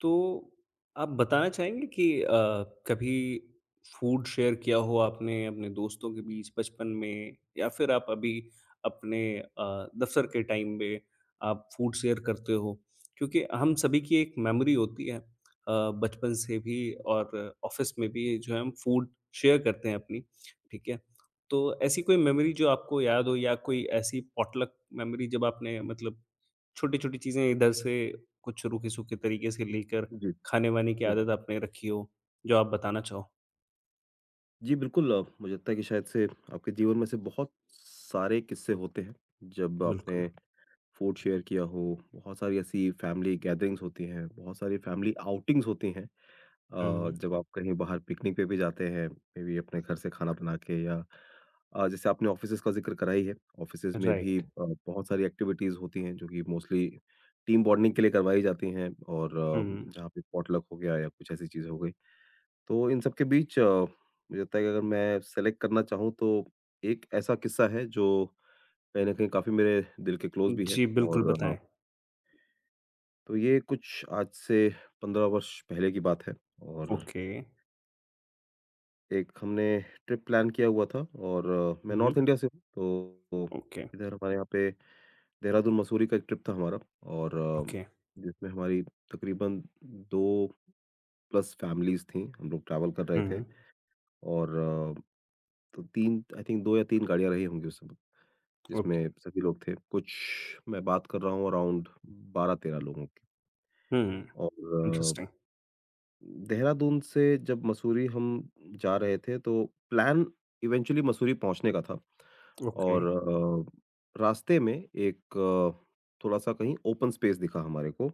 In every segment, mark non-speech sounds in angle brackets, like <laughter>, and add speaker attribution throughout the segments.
Speaker 1: तो आप बताना चाहेंगे कि कभी फूड शेयर किया हो आपने अपने दोस्तों के बीच बचपन में या फिर आप अभी अपने दफ़्तर के टाइम में आप फूड शेयर करते हो? क्योंकि हम सभी की एक मेमोरी होती है बचपन से भी और ऑफ़िस में भी जो है हम फूड शेयर करते हैं अपनी, ठीक है? तो ऐसी कोई मेमोरी जो आपको याद हो या कोई ऐसी पॉटलक मेमोरी जब आपने मतलब छोटी-छोटी चीज़ें इधर से कुछ रूखे-सूखे तरीके से लेकर
Speaker 2: जी,
Speaker 1: खाने-वाने की
Speaker 2: जी।
Speaker 1: आदत आपने रखी हो, जो आप बताना चाहो?
Speaker 2: जी, बिल्कुल मुझे लगता है कि शायद से आपके जीवन में से बहुत सारे किस्से होते हैं, जब
Speaker 1: बिल्कुल,
Speaker 2: आपने फूड शेयर किया हो, बहुत सारी ऐसी फैमिली गैदरिंग्स होती हैं, बहुत सारी फैमिली आउटिंग्स होती हैं। जब आप कहीं बाहर पिकनिक पे भी जाते हैं, मे बी अपने घर से खाना बना के या जैसे आपने ऑफ़िसेज़ का ज़िक्र करा ही है, ऑफ़िसेज़ में भी
Speaker 1: राइट।
Speaker 2: बहुत सारी एक्टिविटीज़ होती हैं, जो कि मोस्टली टीम बॉन्डिंग के लिए करवाई जाती हैं और
Speaker 1: हुँ।
Speaker 2: जहाँ पे पॉटलक हो गया या कुछ ऐसी चीज़ें हो गई। तो इन सब के बीच मुझे लगता है कि अगर मैं सेलेक्ट करना चाहूँ तो एक ऐसा किस्सा है जो कहीं न कहीं काफ़ी मेरे दिल के क्लोज़ भी है
Speaker 1: जी, बिल्कुल
Speaker 2: और
Speaker 1: बताएँ।
Speaker 2: तो ये कुछ आज से 15 वर्ष पहले की बात है और
Speaker 1: ओके।
Speaker 2: एक हमने ट्रिप प्लान किया हुआ था और मैं
Speaker 1: हुँ,
Speaker 2: नॉर्थ इंडिया से हूँ तो
Speaker 1: ओके,
Speaker 2: इधर हमारे यहाँ पे देहरादून, मसूरी का एक ट्रिप था हमारा और
Speaker 1: ओके।
Speaker 2: जिसमें हमारी तकरीबन 2 प्लस फैमिलीज़ थीं। हम लोग ट्रैवल कर रहे थे
Speaker 1: हुँ,
Speaker 2: और अ तो 3 आई थिंक 2 या 3 गाड़ियाँ रही होंगी उस समय,
Speaker 1: ओके।
Speaker 2: जिसमें सभी लोग थे। कुछ मैं बात कर रहा हूँ अराउंड 12-13 लोगों की
Speaker 1: हुँ,
Speaker 2: और
Speaker 1: इंटरेस्टिंग।
Speaker 2: देहरादून से जब मसूरी हम जा रहे थे तो प्लान इवेंचुअली मसूरी पहुँचने का था
Speaker 1: ओके।
Speaker 2: और रास्ते में एक थोड़ा-सा कहीं ओपन स्पेस दिखा हमारे को।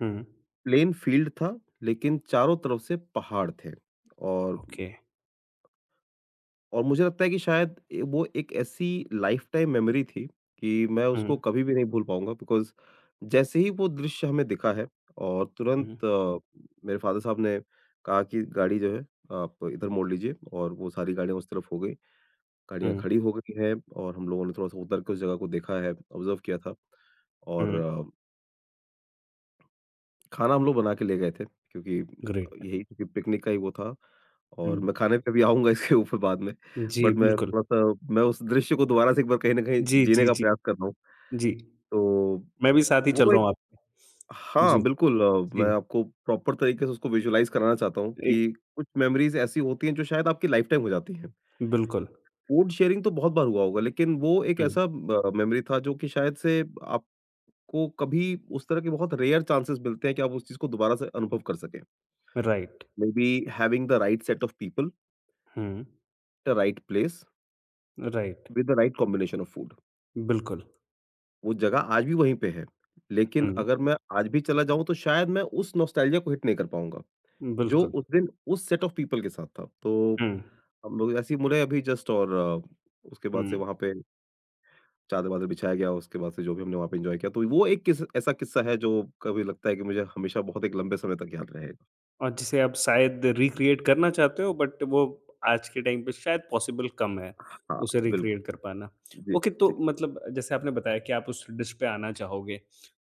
Speaker 1: हुँ,
Speaker 2: प्लेन फील्ड था लेकिन चारों तरफ से पहाड़ थे और
Speaker 1: ओके।
Speaker 2: और मुझे लगता है कि शायद ए वो एक ऐसी लाइफ़टाइम मेमोरी थी कि मैं
Speaker 1: हुँ,
Speaker 2: उसको कभी भी नहीं भूल पाऊँगा बिकॉज़ जैसे ही वो दृश्य हमें दिखा है और
Speaker 1: हुँ,
Speaker 2: तुरंत मेरे फ़ादर साहब ने कहा कि गाड़ी जो है आप इधर मोड़ लीजिए और वो सारी गाड़ियाँ उस तरफ हो गई। गाड़ियाँ
Speaker 1: हुँ,
Speaker 2: खड़ी हो गई हैं और हम लोगों ने थोड़ा-सा उतर के उस जगह को देखा है, ऑब्ज़र्व किया था और
Speaker 1: हुँ,
Speaker 2: खाना हम लोग बना के ले गए थे क्योंकि
Speaker 1: ग्रेट।
Speaker 2: यही क्योंकि पिकनिक का ही वो था और
Speaker 1: हुँ,
Speaker 2: मैं खाने पे भी आऊँगा इसके ऊपर बाद में।
Speaker 1: जी,
Speaker 2: बट मैं
Speaker 1: बिल्कुल।
Speaker 2: थोड़ा-सा मैं उस दृश्य को दोबारा से एक बार कहीं न कहीं
Speaker 1: जी,
Speaker 2: जीने
Speaker 1: जी,
Speaker 2: का
Speaker 1: जी,
Speaker 2: प्रयास कर रहा हूँ।
Speaker 1: जी।
Speaker 2: तो
Speaker 1: मैं भी साथ ही चल
Speaker 2: वो
Speaker 1: रहा
Speaker 2: एक
Speaker 1: हूँ आपके। जी,
Speaker 2: हाँ, बिल्कुल मैं
Speaker 1: जी,
Speaker 2: आपको प्रॉपर तरीके से उसको विज़ुअलाइज़ कराना चाहता हूँ
Speaker 1: एक
Speaker 2: कि कुछ मेमोरीज़ ऐसी होती हैं जो शायद आपकी लाइफ़टाइम हो जाती हैं।
Speaker 1: बिल्कुल।
Speaker 2: फ़ूड शेयरिंग तो बहुत बार हुआ होगा लेकिन वो एक
Speaker 1: हुँ,
Speaker 2: ऐसा मेमोरी था जो कि शायद से आपको कभी उस तरह के बहुत रेयर चांसेस मिलते हैं कि आप उस चीज़ को दोबारा से अनुभव कर सकें।
Speaker 1: Right.
Speaker 2: Maybe having the right set of people,
Speaker 1: हुँ,
Speaker 2: the right place
Speaker 1: right.
Speaker 2: with the right combination of food.
Speaker 1: बिल्कुल।
Speaker 2: वो जगह आज भी वहीं पे है, लेकिन
Speaker 1: हुँ,
Speaker 2: अगर मैं आज भी चला जाऊँ तो शायद मैं उस नॉस्टैल्जिया को हिट नहीं कर पाऊँगा, जो
Speaker 1: बिल्कुल।
Speaker 2: उस दिन उस सेट ऑफ पीपल के साथ था। तो
Speaker 1: हुँ,
Speaker 2: हम लोग ऐसे ही मुड़े अभी जस्ट और उसके बाद से
Speaker 1: हुँ।
Speaker 2: वहाँ पे चादर-वादर बिछाया गया, उसके बाद से जो भी हमने वहाँ पे एन्जॉय किया, तो वो एक किस ऐसा किस्सा है जो कभी लगता है कि मुझे हमेशा बहुत एक लंबे समय तक याद रहेगा।
Speaker 1: और जिसे आप शायद रिक्रिएट करना चाहते हो बट वो आज के टाइम पे शायद पॉसिबल कम है,
Speaker 2: हाँ,
Speaker 1: उसे
Speaker 2: बिल्कुल।
Speaker 1: रिक्रिएट कर पाना।
Speaker 2: जी,
Speaker 1: ओके तो
Speaker 2: जी,
Speaker 1: मतलब जैसे आपने बताया कि आप उस डिश पे आना चाहोगे,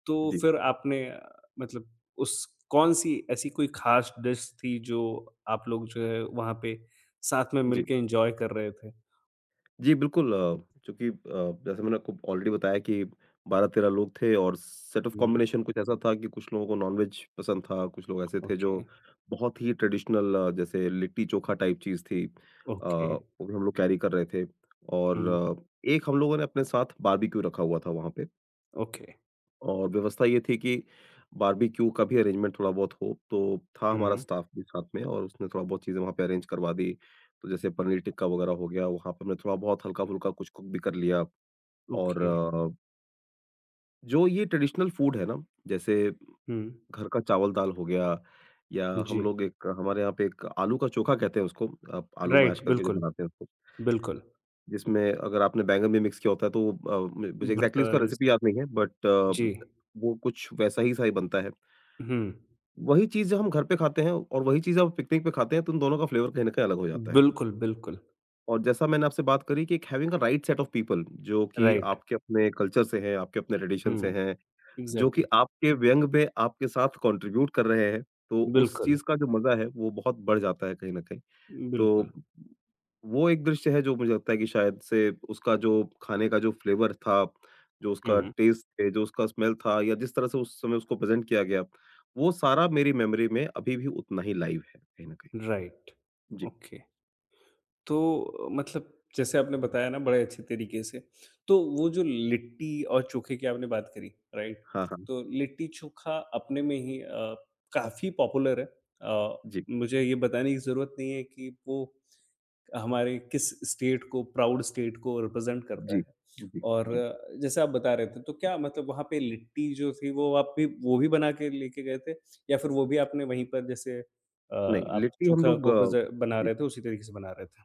Speaker 1: तो
Speaker 2: जी,
Speaker 1: फिर आपने मतलब उस कौन-सी ऐसी कोई ख़ास डिश थी जो आप लोग जो है वहाँ पे साथ में
Speaker 2: जी।
Speaker 1: मिलके एन्जॉय कर रहे थे?
Speaker 2: जी, बिल्कुल चूँकि जैसे मैंने आपको ऑलरेडी बताया कि 12-13 लोग थे और सेट ऑफ
Speaker 1: हुँ,
Speaker 2: कॉम्बिनेशन कुछ ऐसा था कि कुछ लोगों को नॉन-वेज पसंद था, कुछ लोग ऐसे थे
Speaker 1: ओके,
Speaker 2: जो बहुत ही ट्रेडिशनल जैसे लिट्टी-चोखा टाइप चीज़ थी
Speaker 1: ओके,
Speaker 2: वो भी हम लोग कैरी कर रहे थे और
Speaker 1: हुँ,
Speaker 2: एक हम लोगों ने अपने साथ बारबेक्यू रखा हुआ था वहाँ पे।
Speaker 1: ओके,
Speaker 2: और व्यवस्था ये थी कि बारबेक्यू का भी अरेंजमेंट थोड़ा बहुत हो, तो था हमारा
Speaker 1: हुँ,
Speaker 2: स्टाफ भी साथ में और उसने थोड़ा बहुत चीज़ें वहाँ पे अरेंज करवा दी। तो जैसे पनीर टिक्का वगैरह हो गया, वहाँ पे हमने थोड़ा बहुत हल्का-फुल्का कुछ कुक भी कर लिया और
Speaker 1: ओके,
Speaker 2: जो ये ट्रेडिशनल फूड है ना, जैसे
Speaker 1: हुँ,
Speaker 2: घर का चावल-दाल हो गया या हम
Speaker 1: जी।
Speaker 2: लोग एक हमारे यहाँ पे एक आलू का चोखा कहते हैं उसको, आप आलू मैश
Speaker 1: राइट,
Speaker 2: करके जो
Speaker 1: बिल्कुल,
Speaker 2: बनाते हैं उसको,
Speaker 1: बिल्कुल।
Speaker 2: जिसमें अगर आपने बैंगन भी मिक्स किया होता है तो अ, म मुझे एग्ज़ैक्टली
Speaker 1: भरता
Speaker 2: उसका रेसिपी याद नहीं है बट
Speaker 1: जी,
Speaker 2: वो कुछ वैसा ही सा ही बनता है।
Speaker 1: हुँ।
Speaker 2: वही चीज़ जो हम घर पे खाते हैं और वही चीज़ आप पिकनिक पे खाते हैं, तो उन दोनों का फ्लेवर कहीं न कहीं अलग हो जाता है।
Speaker 1: बिल्कुल, बिल्कुल,
Speaker 2: और जैसा मैंने आपसे बात करी कि एक having a right set of people जो कि
Speaker 1: राइट।
Speaker 2: आपके अपने कल्चर से हैं, आपके अपने ट्रेडिशन से
Speaker 1: हुँ,
Speaker 2: हैं, जो कि
Speaker 1: एग्ज़ैक्टली,
Speaker 2: आपके व्यंग में आपके साथ कॉन्ट्रिब्यूट कर रहे हैं, तो उस
Speaker 1: बिल्कुल,
Speaker 2: चीज़ का जो मज़ा है, वो बहुत बढ़ जाता है कहीं न कहीं। तो
Speaker 1: बिल्कुल,
Speaker 2: वो एक दृश्य है जो मुझे लगता है कि शायद से उसका जो खाने का जो फ्लेवर था, जो उसका
Speaker 1: हुँ,
Speaker 2: टेस्ट है, जो उसका स्मेल था या जिस तरह से उस समय उसको प्रेज़ेंट किया गया, वो सारा मेरी मेमोरी में अभी भी उतना ही लाइव है कहीं न कहीं।
Speaker 1: राइट,
Speaker 2: जी।
Speaker 1: ओके। तो मतलब जैसे आपने बताया ना बड़े अच्छे तरीके से, तो वो जो लिट्टी और चोखे की आपने बात करी, राइट?
Speaker 2: हाँ, हाँ।
Speaker 1: तो लिट्टी-चोखा अपने में ही काफ़ी पॉपुलर है। अ,
Speaker 2: जी,
Speaker 1: मुझे ये बताने की ज़रूरत नहीं है कि वो हमारे किस स्टेट को प्राउड स्टेट को रिप्रेजेंट करता
Speaker 2: जी,
Speaker 1: है।
Speaker 2: जी,
Speaker 1: और
Speaker 2: जी।
Speaker 1: जैसे आप बता रहे थे तो क्या मतलब वहाँ पे लिट्टी जो थी वो आप भी वो भी बना के लेके गए थे? या फिर वो भी आपने वहीं पर जैसे
Speaker 2: नहीं,
Speaker 1: आप
Speaker 2: लिट्टी हम
Speaker 1: चोखा
Speaker 2: लोग
Speaker 1: को प्रिज़ बना
Speaker 2: जी,
Speaker 1: रहे थे उसी तरीके से बना रहे थे?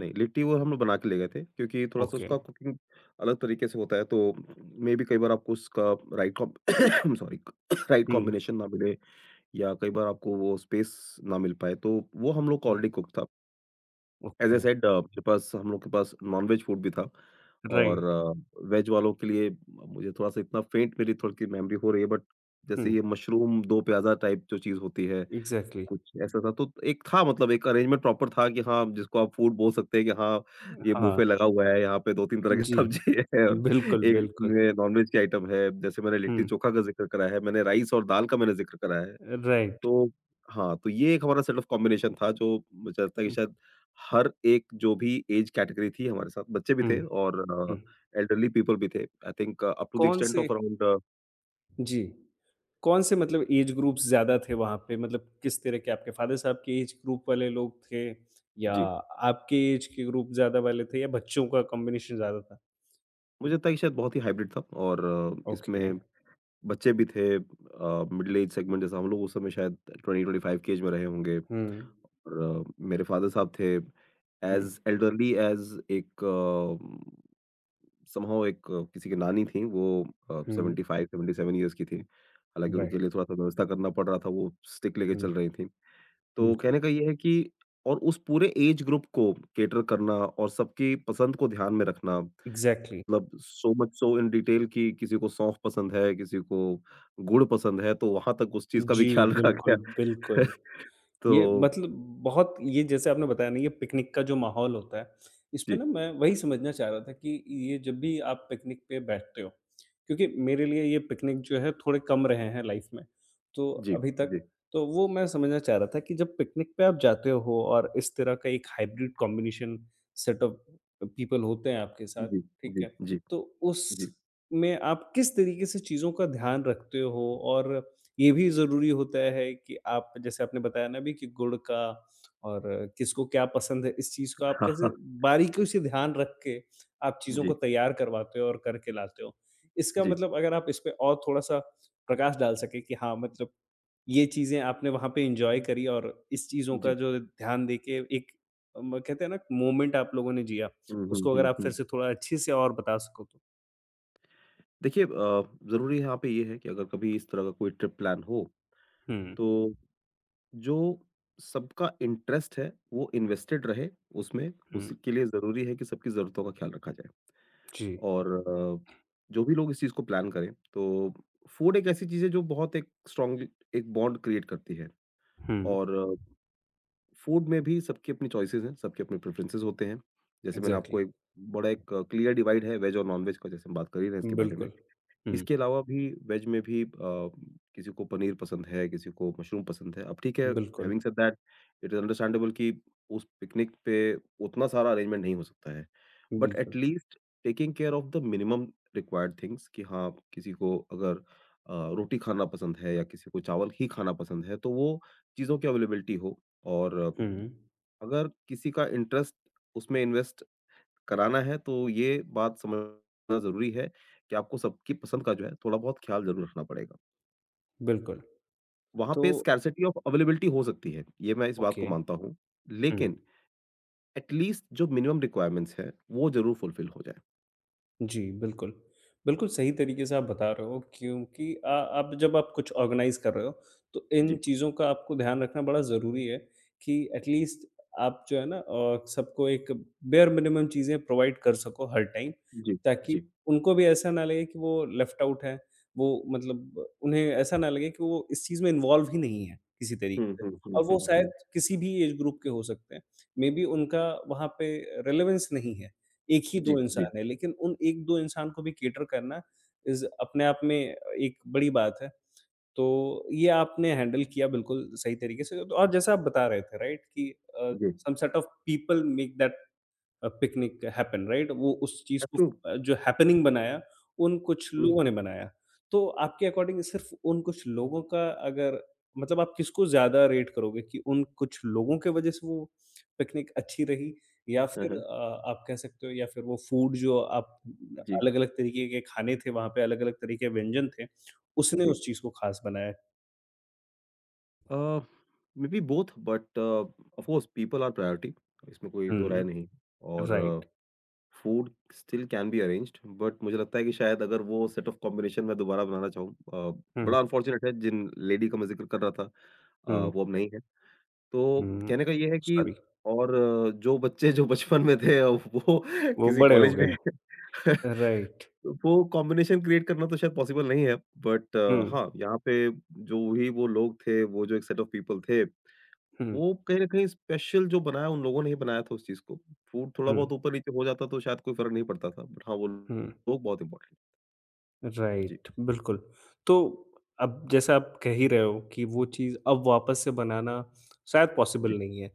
Speaker 2: नहीं लिट्टी वो हम लोग बना के ले गए थे क्योंकि थोड़ा-सा
Speaker 1: ओके।
Speaker 2: उसका कुकिंग अलग तरीके से होता है तो मेबी कई बार आपको उसका राइट कॉम <coughs> सॉरी राइट
Speaker 1: हुँ, जी,
Speaker 2: कॉम्बिनेशन ना मिले। या कई बार आपको वो स्पेस ना मिल पाए, तो वो हम लोग का
Speaker 1: हुँ,
Speaker 2: ऑलरेडी कुक था। एज़ आई
Speaker 1: ओके,
Speaker 2: सेड मेरे पास हम लोग के पास नॉन-वेज फूड भी था और
Speaker 1: राइट,
Speaker 2: वेज वालों के लिए मुझे थोड़ा-सा इतना फेंट मेरी थोड़ी-सी मेमोरी हो रही है बट जैसे
Speaker 1: हुँ,
Speaker 2: ये मशरूम, दो प्याज़ा टाइप जो चीज़ होती है,
Speaker 1: एग्ज़ैक्टली
Speaker 2: कुछ ऐसा था। तो एक था मतलब एक अरेंजमेंट प्रॉपर था कि हाँ, जिसको आप फूड बोल सकते हैं कि हाँ, ये
Speaker 1: हाँ,
Speaker 2: बुफे लगा हुआ है, यहाँ पे 2-3 तरह की
Speaker 1: जी,
Speaker 2: सब्ज़ी <laughs> है और
Speaker 1: बिल्कुल,
Speaker 2: एक
Speaker 1: बिल्कुल,
Speaker 2: इसमें नॉन-वेज की आइटम है। जैसे मैंने
Speaker 1: हुँ,
Speaker 2: लिट्टी-चोखा का ज़िक्र करा है, मैंने राइस और दाल का मैंने ज़िक्र करा है।
Speaker 1: राइट,
Speaker 2: तो हाँ, तो ये एक हमारा सेट ऑफ कॉम्बिनेशन था जो मुझे लगता है कि
Speaker 1: हुँ,
Speaker 2: शायद हर एक जो भी एज कैटेगरी थी हमारे साथ, बच्चे भी
Speaker 1: हुँ,
Speaker 2: थे और
Speaker 1: हुँ,
Speaker 2: एल्डरली पीपल भी थे। I think up to the
Speaker 1: कौन
Speaker 2: एक्सटेंट
Speaker 1: से
Speaker 2: ऑफ अराउंड
Speaker 1: जी। कौन से मतलब एज ग्रुप्स ज़्यादा थे वहाँ पे? मतलब किस तरह के आपके फ़ादर साहब के एज ग्रुप वाले लोग थे या
Speaker 2: जी,
Speaker 1: आपके एज के ग्रुप ज़्यादा वाले थे या बच्चों का कॉम्बिनेशन ज़्यादा था?
Speaker 2: मुझे लगता है कि शायद बहुत ही हाइब्रिड था और
Speaker 1: ओके।
Speaker 2: इसमें बच्चे भी थे मिडल एज सेगमेंट जैसा हम लोग उस समय शायद 20-25 की एज में रहे होंगे
Speaker 1: हुँ।
Speaker 2: और मेरे फादर साहब थे
Speaker 1: हुँ,
Speaker 2: एज़ एल्डरली एज़ एक अ समहाउ एक किसी की नानी थी वो
Speaker 1: हुँ।
Speaker 2: 75 77 ईयर्स की थी। हालाँकि उनके
Speaker 1: राइट।
Speaker 2: लिए थोड़ा-सा व्यवस्था करना पड़ रहा था, वो स्टिक लेके
Speaker 1: हुँ,
Speaker 2: चल रही थीं। तो
Speaker 1: बिल्कुल।
Speaker 2: कहने का ये है कि और उस पूरे एज ग्रुप को कैटर करना और सबकी पसंद को ध्यान में रखना,
Speaker 1: एग्ज़ैक्टली।
Speaker 2: मतलब so much so in detail कि किसी को सौंफ पसंद है, किसी को गुड़ पसंद है, तो वहाँ तक उस चीज़ का भी
Speaker 1: जी,
Speaker 2: ख्याल रखा
Speaker 1: बिल्कुल,
Speaker 2: गया।
Speaker 1: बिल्कुल।
Speaker 2: <laughs>
Speaker 1: ये
Speaker 2: तो
Speaker 1: मतलब बहुत ये जैसे आपने बताया ना ये पिकनिक का जो माहौल होता है, इसमें
Speaker 2: जी,
Speaker 1: ना मैं वही समझना चाह रहा था कि ये जब भी आप पिकनिक पे बैठते हो, क्योंकि मेरे लिए ये पिकनिक जो है थोड़े कम रहे हैं लाइफ़ में, तो
Speaker 2: जी,
Speaker 1: अभी तक,
Speaker 2: जी,
Speaker 1: तो वो मैं समझना चाह रहा था कि जब पिकनिक पे आप जाते हो और इस तरह का एक hybrid combination set of people होते हैं आपके साथ,
Speaker 2: जी,
Speaker 1: ठीक
Speaker 2: जी,
Speaker 1: है?
Speaker 2: जी,
Speaker 1: तो
Speaker 2: जी।
Speaker 1: उसमें आप किस तरीके से चीज़ों का ध्यान रखते हो और ये भी ज़रूरी होता है कि आप जैसे आपने बताया ना अभी कि गुड़ का और किसको क्या पसंद है, इस चीज़ को आप
Speaker 2: हाँ,
Speaker 1: कैसे
Speaker 2: हाँ।
Speaker 1: बारीकियों से ध्यान रख के आप चीज़ों
Speaker 2: जी,
Speaker 1: को तैयार करवाते हो और करके लाते हो। इसका
Speaker 2: जी,
Speaker 1: मतलब अगर आप इसपे और थोड़ा-सा प्रकाश डाल सकें कि हाँ, मतलब ये चीज़ें आपने वहाँ पे एन्जॉय करी और इस चीज़ों का
Speaker 2: जी।
Speaker 1: जो ध्यान देके एक म कहते हैं ना मोमेंट आप लोगों ने जिया,
Speaker 2: हुँ, हुँ,
Speaker 1: उसको अगर
Speaker 2: हुँ,
Speaker 1: आप
Speaker 2: हुँ।
Speaker 1: फिर से थोड़ा अच्छे से और बता सको तो।
Speaker 2: देखिए ज़रूरी यहाँ पे ये है कि अगर कभी इस तरह का कोई ट्रिप प्लान हो,
Speaker 1: हुँ,
Speaker 2: तो जो सबका इंटरेस्ट है, वो इन्वेस्टेड रहे उसमें,
Speaker 1: हुँ।
Speaker 2: उसके लिए ज़रूरी है कि सबकी ज़रूरतों का ख्याल रखा जाए।
Speaker 1: जी।
Speaker 2: और जो भी लोग इस चीज़ को प्लान करें, तो फूड एक ऐसी चीज़ है जो बहुत एक स्ट्रॉन्ग एक बॉन्ड क्रिएट करती है
Speaker 1: हुँ।
Speaker 2: और फूड में भी सबकी अपनी चॉइसेस हैं, सबके अपने प्रेफ़रेंसेस होते हैं। जैसे मैंने आपको
Speaker 1: एग्ज़ैक्टली।
Speaker 2: एक बड़ा एक क्लियर डिवाइड है वेज और नॉन-वेज का जैसे हम बात कर ही रहे हैं इसके बारे में।
Speaker 1: बिल्कुल। हुँ।
Speaker 2: इसके अलावा भी वेज में भी किसी को पनीर पसंद है, किसी को मशरूम पसंद है। अब ठीक है
Speaker 1: बिल्कुल,
Speaker 2: having said that it is understandable कि उस पिकनिक पे उतना सारा अरेंजमेंट नहीं हो सकता है। बट एट
Speaker 1: बिल्कुल।
Speaker 2: Least taking care of the minimum required things कि हाँ, किसी को अगर रोटी खाना पसंद है या किसी को चावल ही खाना पसंद है, तो वो चीज़ों की अवेलेबिलिटी हो और
Speaker 1: हुँ,
Speaker 2: अगर किसी का इंटरेस्ट उसमें इन्वेस्ट कराना है तो ये बात समझना ज़रूरी है कि आपको सबकी पसंद का जो है थोड़ा बहुत ख़्याल ज़रूर रखना पड़ेगा।
Speaker 1: बिल्कुल।
Speaker 2: वहाँ
Speaker 1: तो
Speaker 2: पे स्कैरसिटी ऑफ अवेलेबिलिटी हो सकती है, ये मैं इस बात को
Speaker 1: ओके,
Speaker 2: मानता हूँ।
Speaker 1: हुँ।
Speaker 2: लेकिन एट लीस्ट जो मिनिमम रिक्वायरमेंट्स हैं, वो ज़रूर फुलफ़िल हो जाएँ।
Speaker 1: जी, बिल्कुल। बिल्कुल सही तरीके से आप बता रहे हो क्योंकि आप जब आप कुछ ऑर्गनाइज़ कर रहे हो, तो इन
Speaker 2: जी,
Speaker 1: चीज़ों का आपको ध्यान रखना बड़ा ज़रूरी है कि एटलीस्ट आप जो है ना सबको एक बेयर मिनिमम चीज़ें प्रोवाइड कर सको हर टाइम,
Speaker 2: जी,
Speaker 1: ताकि
Speaker 2: जी।
Speaker 1: उनको भी ऐसा ना लगे कि वो लेफ्ट आउट हैं, वो मतलब उन्हें ऐसा ना लगे कि वो इस चीज़ में इन्वॉल्व ही नहीं है किसी
Speaker 2: हुँ,
Speaker 1: तरीके से
Speaker 2: हुँ, हुँ,
Speaker 1: और
Speaker 2: हुँ,
Speaker 1: वो शायद
Speaker 2: हुँ।
Speaker 1: किसी भी एज ग्रुप के हो सकते हैं। मेबी उनका वहाँ पे रेलेवेंस नहीं है। एक ही
Speaker 2: जी,
Speaker 1: 2
Speaker 2: जी,
Speaker 1: इंसान है, लेकिन उन 1-2 इंसान को भी कैटर करना इज़ अपने आप में एक बड़ी बात है। तो ये आपने हैंडल किया बिल्कुल सही तरीके से तो और जैसा आप बता रहे थे राइट कि अ,
Speaker 2: जी।
Speaker 1: Some set of people make that picnic happen right? वो उस चीज़
Speaker 2: दैट्स
Speaker 1: को
Speaker 2: ट्रू।
Speaker 1: जो हैपनिंग बनाया, उन कुछ लोगों
Speaker 2: हुँ।
Speaker 1: ने बनाया। तो आपके अकॉर्डिंग सिर्फ़ उन कुछ लोगों का अगर मतलब आप किसको ज़्यादा रेट करोगे कि उन कुछ लोगों के वजह से वो पिकनिक अच्छी रही या
Speaker 2: हाँ,
Speaker 1: फिर
Speaker 2: हाँ।
Speaker 1: आप कह सकते हो या फिर वो फूड जो आप
Speaker 2: जी,
Speaker 1: अलग-अलग तरीके के खाने थे वहाँ पे, अलग-अलग तरह के व्यंजन थे, उसने
Speaker 2: जी।
Speaker 1: उस चीज़ को ख़ास बनाया?
Speaker 2: अ, maybe both but of course people are priority इसमें कोई 2 राय
Speaker 1: हुँ,
Speaker 2: नहीं और
Speaker 1: right.
Speaker 2: Food still can be arranged but मुझे लगता है कि शायद अगर वो सेट ऑफ कॉम्बिनेशन मैं दोबारा बनाना चाहूँ
Speaker 1: हुँ,
Speaker 2: बड़ा अनफॉर्चुनेट है जिन लेडी का मैं ज़िक्र कर रहा था
Speaker 1: हुँ,
Speaker 2: वो अब नहीं है। तो
Speaker 1: हुँ।
Speaker 2: कहने का ये है कि
Speaker 1: सॉरी,
Speaker 2: और जो बच्चे जो बचपन में थे वो <laughs>
Speaker 1: वो
Speaker 2: किसी
Speaker 1: बड़े हो
Speaker 2: कॉलेज
Speaker 1: गए
Speaker 2: में
Speaker 1: हैं।
Speaker 2: <laughs>
Speaker 1: राइट।
Speaker 2: वो कॉम्बिनेशन क्रिएट करना तो शायद पॉसिबल नहीं है बट
Speaker 1: हुँ,
Speaker 2: हाँ, यहाँ पे जो ही वो लोग थे, वो जो एक सेट ऑफ पीपल थे
Speaker 1: हुँ।
Speaker 2: वो कहीं न कहीं स्पेशल जो बनाया उन लोगों ने ही बनाया था उस चीज़ को। फूड थोड़ा-बहुत
Speaker 1: 嗯
Speaker 2: ऊपर-नीचे हो जाता तो शायद कोई फ़र्क नहीं पड़ता था। बट हाँ, वो
Speaker 1: 嗯。
Speaker 2: लोग बहुत इम्पोर्टेंट जी,
Speaker 1: राइट, बिल्कुल। तो अब जैसे आप कह ही रहे हो कि वो चीज़ अब वापस से बनाना शायद पॉसिबल
Speaker 2: जी,
Speaker 1: नहीं है।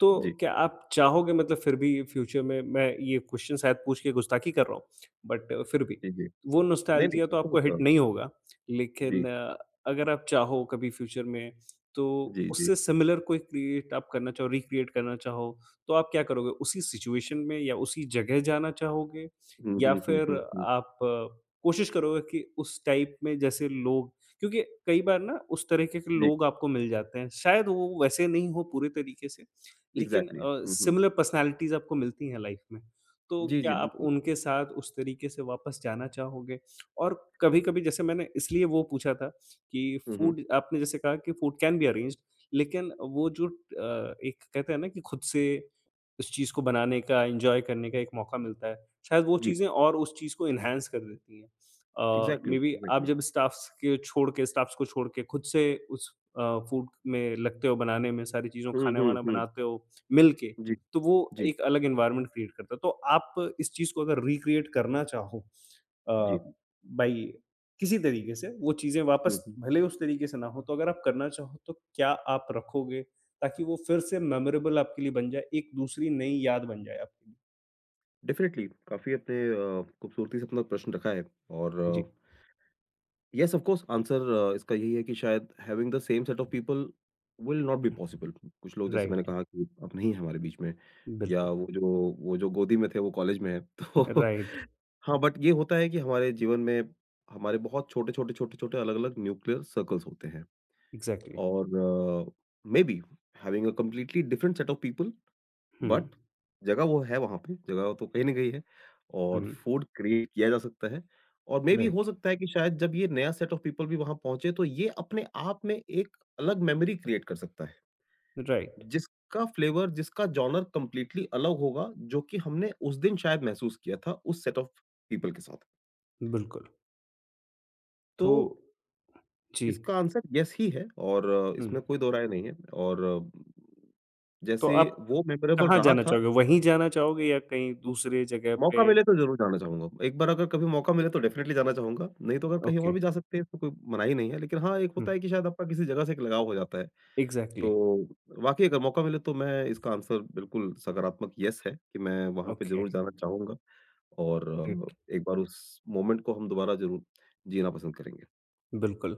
Speaker 1: तो
Speaker 2: जी,
Speaker 1: क्या आप चाहोगे मतलब फिर भी फ्यूचर में मैं ये क्वेश्चन शायद पूछ के गुस्ताखी कर रहा हूँ, बट फिर भी
Speaker 2: जी, जी।
Speaker 1: वो
Speaker 2: नहीं,
Speaker 1: नॉस्टैल्जिया तो
Speaker 2: नहीं, <laughs> कोई
Speaker 1: आपको हिट
Speaker 2: प्रॉब्लम
Speaker 1: नहीं होगा, लेकिन
Speaker 2: जी,
Speaker 1: अगर आप चाहो कभी फ्यूचर में तो
Speaker 2: जी, जी।
Speaker 1: उससे सिमिलर कोई क्रिएट आप करना चाहो, रिक्रिएट करना चाहो, तो आप क्या करोगे? उसी सिचुएशन में या उसी जगह जाना चाहोगे?
Speaker 2: हुँ,
Speaker 1: या
Speaker 2: हुँ, हुँ,
Speaker 1: फिर
Speaker 2: हुँ, हुँ।
Speaker 1: आप कोशिश करोगे कि उस टाइप में जैसे लोग क्योंकि कई बार ना उस तरीके के
Speaker 2: जी,
Speaker 1: लोग आपको मिल जाते हैं। शायद वो वैसे नहीं हो पूरे तरीके से, लेकिन
Speaker 2: इग्ज़ैक्टली। हुँ, हुँ।
Speaker 1: सिमिलर पर्सनैलिटीज़ आपको मिलती हैं लाइफ़ में। तो
Speaker 2: जी,
Speaker 1: क्या
Speaker 2: जी,
Speaker 1: आप
Speaker 2: बिल्कुल।
Speaker 1: उनके साथ उस तरीके से वापस जाना चाहोगे? और कभी-कभी जैसे मैंने इसलिए वो पूछा था कि
Speaker 2: हुँ, हुँ।
Speaker 1: फूड आपने जैसे कहा कि फूड कैन बी अरेंज्ड लेकिन वो जो एक कहते हैं ना कि खुद से उस चीज़ को बनाने का, एन्जॉय करने का एक मौका मिलता है। शायद वो
Speaker 2: जी,
Speaker 1: चीज़ें और उस चीज़ को एनहांस कर देती हैं।
Speaker 2: इग्ज़ैक्टली,
Speaker 1: मेबी आप
Speaker 2: इग्ज़ैक्टली।
Speaker 1: जब स्टाफ्स को छोड़ के खुद से उस फूड में लगते हो बनाने में, सारी चीज़ों
Speaker 2: हुँ, हुँ,
Speaker 1: खाना-वाना
Speaker 2: हुँ।
Speaker 1: बनाते हो मिल के,
Speaker 2: जी,
Speaker 1: तो वो
Speaker 2: जी,
Speaker 1: एक अलग एनवायरनमेंट क्रिएट करता है। तो आप इस चीज़ को अगर रिक्रिएट करना चाहो अ,
Speaker 2: जी।
Speaker 1: बाई किसी तरीके से वो चीज़ें
Speaker 2: हुँ,
Speaker 1: वापस
Speaker 2: हुँ।
Speaker 1: भले उस तरीके से ना हो, तो अगर आप करना चाहो तो क्या आप रखोगे ताकि वो फिर से मेमोरेबल आपके लिए बन जाए, एक दूसरी नई याद बन जाए आपके लिए?
Speaker 2: डेफ़िनेटली काफ़ी अपने खूबसूरती से अपना प्रश्न रखा है और अ,
Speaker 1: जी,
Speaker 2: येस ऑफ कोर्स आंसर इसका यही है कि शायद having the same set of people will not be possible कुछ लोग जैसे मैंने
Speaker 1: राइट,
Speaker 2: कहा कि अब नहीं है हमारे बीच में या
Speaker 1: बिल्कुल,
Speaker 2: वो जो गोदी में थे वो कॉलेज में है <laughs> तो
Speaker 1: राइट,
Speaker 2: हाँ बट ये होता है कि हमारे जीवन में हमारे बहुत छोटे छोटे छोटे छोटे अलग अलग न्यूक्लियर सर्कल्स होते हैं
Speaker 1: एग्ज़ैक्टली,
Speaker 2: और maybe having a completely different set of people
Speaker 1: हुँ।
Speaker 2: बट जगह वो है वहाँ पे, जगह तो कहीं न कहीं है और
Speaker 1: हुँ,
Speaker 2: फूड क्रिएट किया जा सकता है और मे बी हो
Speaker 1: राइट,
Speaker 2: सकता है कि शायद जब ये नया सेट ऑफ पीपल भी वहाँ पहुँचे तो ये अपने आप में एक अलग मेमोरी क्रिएट कर सकता है,
Speaker 1: राइट,
Speaker 2: जिसका फ्लेवर, जिसका जॉनर कंप्लीटली अलग होगा, जो कि हमने उस दिन शायद महसूस किया था उस सेट ऑफ पीपल के साथ।
Speaker 1: बिल्कुल।
Speaker 2: तो
Speaker 1: तो जी,
Speaker 2: इसका आंसर येस ही है और
Speaker 1: हुँ,
Speaker 2: इसमें कोई 2 राय नहीं है और
Speaker 1: तो
Speaker 2: जैसे
Speaker 1: आप
Speaker 2: वो मेमोरेबल
Speaker 1: कहाँ
Speaker 2: रहा
Speaker 1: जाना
Speaker 2: था
Speaker 1: चाहोगे? वहीं जाना चाहोगे या कहीं दूसरे जगह
Speaker 2: मौका
Speaker 1: पे?
Speaker 2: मिले तो ज़रूर जाना चाहूँगा। एक बार अगर कभी मौका मिले तो डेफ़िनेटली जाना चाहूँगा, नहीं तो अगर कहीं और
Speaker 1: ओके,
Speaker 2: भी जा सकते हैं इसमें कोई मनाही नहीं है। लेकिन हाँ, एक
Speaker 1: हुँ,
Speaker 2: होता है कि शायद आपका किसी जगह से एक लगाव हो जाता है।
Speaker 1: एग्ज़ैक्टली,
Speaker 2: तो वाक़ई अगर मौका मिले तो मैं इसका आंसर बिल्कुल सकारात्मक येस है कि मैं वहाँ पे
Speaker 1: ओके,
Speaker 2: ज़रूर जाना चाहूँगा और
Speaker 1: ग्रेट।
Speaker 2: एक बार उस मोमेंट को हम दोबारा ज़रूर जीना पसंद करेंगे।
Speaker 1: बिल्कुल।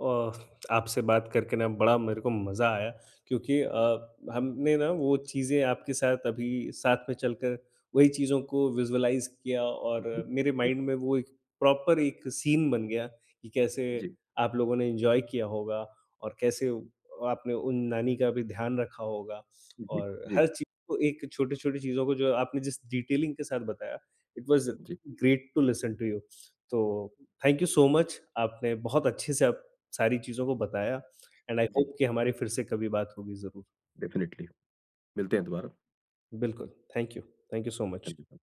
Speaker 1: अ, आपसे बात करके ना बड़ा मेरे को मज़ा आया क्योंकि हमने ना वो चीज़ें आपके साथ अभी साथ में चलकर वही चीज़ों को विज़ुअलाइज़ किया
Speaker 2: जी,
Speaker 1: और मेरे
Speaker 2: जी,
Speaker 1: माइंड में वो एक प्रॉपर एक सीन बन गया कि कैसे
Speaker 2: जी,
Speaker 1: आप लोगों ने एन्जॉय किया होगा और कैसे आपने उन नानी का भी ध्यान रखा होगा
Speaker 2: जी,
Speaker 1: और
Speaker 2: जी,
Speaker 1: हर चीज़ को एक छोटी-छोटी चीज़ों को जो आपने जिस डिटेलिंग के साथ बताया, इट वाज़
Speaker 2: जी,
Speaker 1: great to listen to you. तो थैंक यू सो मच। आपने बहुत अच्छे से आप सारी चीज़ों को बताया एंड आई
Speaker 2: जी,
Speaker 1: होप कि हमारी फिर से कभी बात होगी ज़रूर।
Speaker 2: डेफ़िनेटली मिलते हैं दोबारा।
Speaker 1: बिल्कुल, thank you. Thank you so much.
Speaker 2: धन्य